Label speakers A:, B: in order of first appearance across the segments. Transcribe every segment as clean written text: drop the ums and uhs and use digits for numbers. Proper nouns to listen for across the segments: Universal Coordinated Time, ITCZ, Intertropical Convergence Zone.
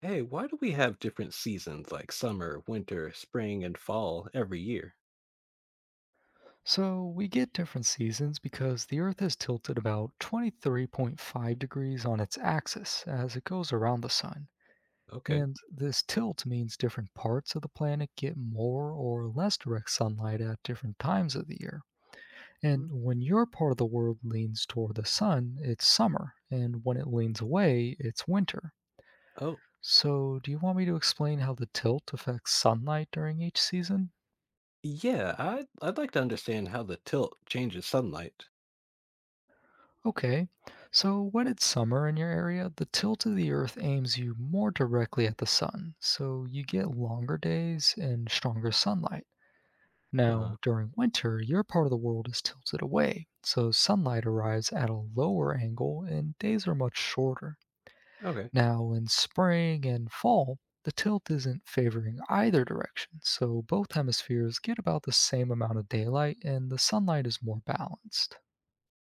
A: Hey, why do we have different seasons like summer, winter, spring, and fall every year?
B: So we get different seasons because the Earth is tilted about 23.5 degrees on its axis as it goes around the Sun.
A: Okay.
B: And this tilt means different parts of the planet get more or less direct sunlight at different times of the year.
A: Hmm.
B: And when your part of the world leans toward the sun, it's summer, and when it leans away, it's winter.
A: Oh,
B: So, do you want me to explain how the tilt affects sunlight during each season?
A: yeah, I'd like to understand how the tilt changes sunlight.
B: Okay, so when it's summer in your area, the tilt of the Earth aims you more directly at the sun, so you get longer days and stronger sunlight.
A: Uh
B: Now,
A: huh.
B: during winter, your part of the world is tilted away, so sunlight arrives at a lower angle and days are much shorter.
A: Okay.
B: Now, in spring and fall, the tilt isn't favoring either direction, so both hemispheres get about the same amount of daylight and the sunlight is more balanced.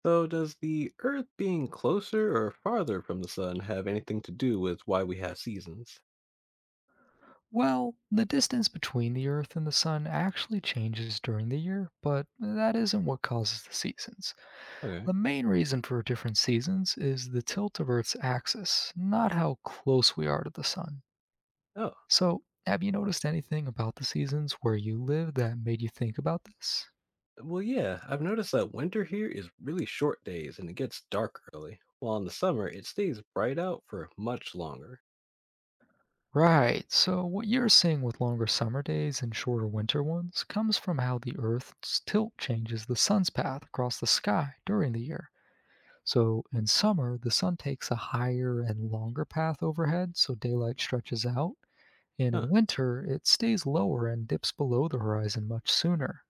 A: So, does the Earth being closer or farther from the sun have anything to do with why we have seasons?
B: Well, the distance between the Earth and the Sun actually changes during the year, but that isn't what causes the seasons.
A: Okay.
B: The main reason for different seasons is the tilt of Earth's axis, not how close we are to the Sun.
A: Oh,
B: So, have you noticed anything about the seasons where you live that made you think about this?
A: well, yeah, I've noticed that winter here is really short days and it gets dark early, while in the summer it stays bright out for much longer.
B: Right, so what you're seeing with longer summer days and shorter winter ones comes from how the Earth's tilt changes the sun's path across the sky during the year. So
A: Hmm.
B: in summer, the sun takes a higher and longer path overhead, so daylight stretches out. And
A: Huh.
B: in winter, it stays lower and dips below the horizon much sooner.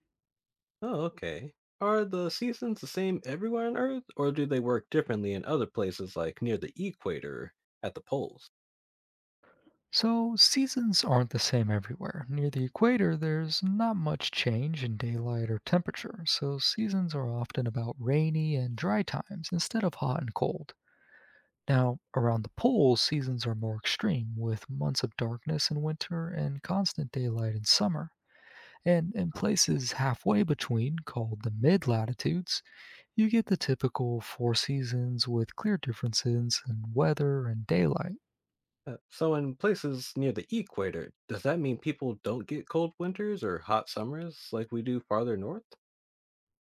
A: Oh, okay. Are the seasons the same everywhere on Earth, or do they work differently in other places like near the equator at the poles?
B: So seasons aren't the same everywhere. Near the equator, there's not much change in daylight or temperature, so seasons are often about rainy and dry times instead of hot and cold. Now, around the poles, seasons are more extreme, with months of darkness in winter and constant daylight in summer. And in
A: Huh.
B: places halfway between, called the mid latitudes, you get the typical four seasons with clear differences in weather and daylight.
A: So, in places near the equator, does that mean people don't get cold winters or hot summers like we do farther north?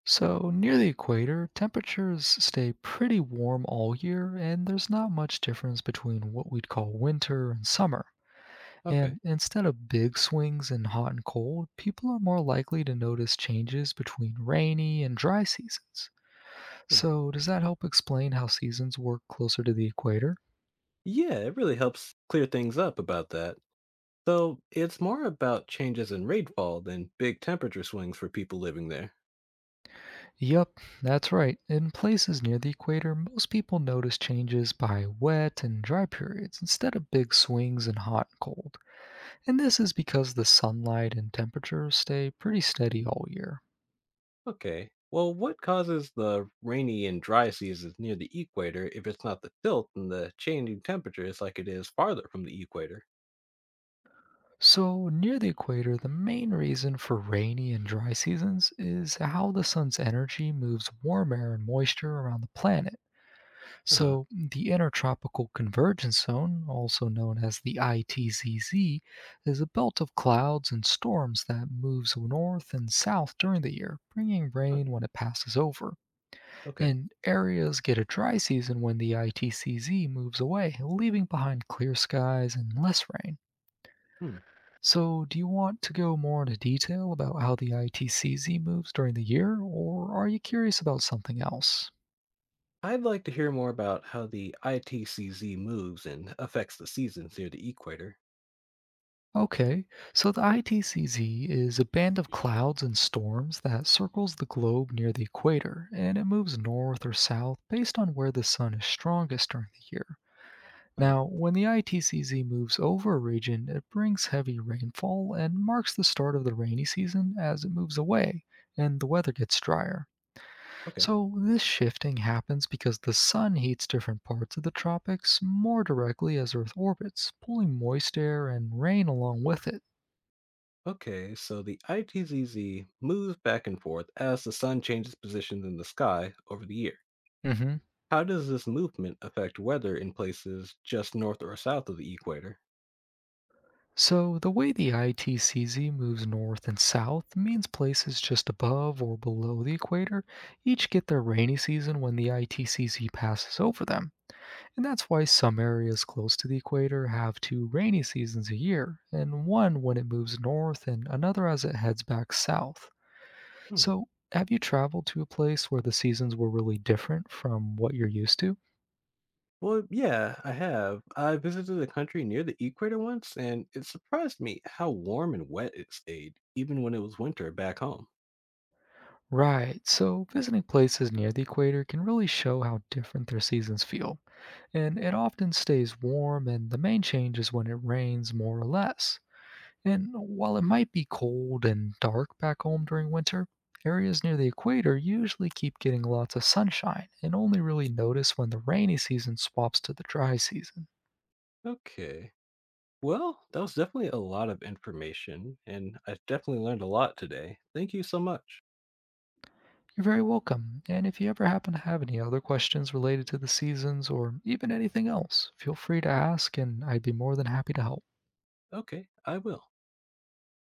B: So, near the equator, temperatures stay pretty warm all year, and there's not much difference between what we'd call winter and summer.
A: Okay.
B: And instead of big swings in hot and cold, people are more likely to notice changes between rainy and dry seasons.
A: Huh.
B: So, does that help explain how seasons work closer to the equator?
A: Yeah, it really helps clear things up about that. Though it's more about changes in rainfall than big temperature swings for people living there.
B: Yep, that's right. In places near the equator, most people notice changes by wet and dry periods instead of big swings in hot and cold. And this is because the sunlight and temperatures stay pretty steady all year.
A: Okay. Well, what causes the rainy and dry seasons near the equator if it's not the tilt and the changing temperatures like it is farther from the equator?
B: So, near the equator, the main reason for rainy and dry seasons is how the sun's energy moves warm air and moisture around the planet.
A: Uh huh.
B: So, the Intertropical Convergence Zone, also known as the ITCZ, is a belt of clouds and storms that moves north and south during the year, bringing
A: Huh.
B: rain when it passes over.
A: Okay.
B: And areas get a dry season when the ITCZ moves away, leaving behind clear skies and less rain.
A: Hmm.
B: So, do you want to go more into detail about how the ITCZ moves during the year, or are you curious about something else?
A: I'd like to hear more about how the ITCZ moves and affects the seasons near the equator.
B: Okay, so the ITCZ is a band of clouds and storms that circles the globe near the equator, and it moves north or south based on where the sun is strongest during the year.
A: Huh.
B: Now, when the ITCZ moves over a region, it brings heavy rainfall and marks the start of the rainy season as it moves away and the weather gets drier.
A: Okay.
B: So, this shifting happens because the sun heats different parts of the tropics more directly as Earth orbits, pulling moist air and rain along with it.
A: Okay, so the ITCZ moves back and forth as the sun changes positions in the sky over the year.
B: Mhm.
A: How does this movement affect weather in places just north or south of the equator?
B: So, the way the ITCZ moves north and south means places just above or below the equator each get their rainy season when the ITCZ passes over them. And that's why some areas close to the equator have two rainy seasons a year, and one when it moves north and another as it heads back south.
A: Hmm.
B: So, have you traveled to a place where the seasons were really different from what you're used to?
A: Well, yeah, I have. I visited a country near the equator once, and it surprised me how warm and wet it stayed, even when it was winter back home.
B: Right, so visiting places near the equator can really show how different their seasons feel. And it often stays warm, and the main change is when it rains more or less. And while it might be cold and dark back home during winter, areas near the equator usually keep getting lots of sunshine and only really notice when the rainy season swaps to the dry season.
A: Okay. Well, that was definitely a lot of information, and I definitely learned a lot today. Thank you so much.
B: You're very welcome, and if you ever happen to have any other questions related to the seasons or even anything else, feel free to ask and I'd be more than happy to help.
A: Okay, I will.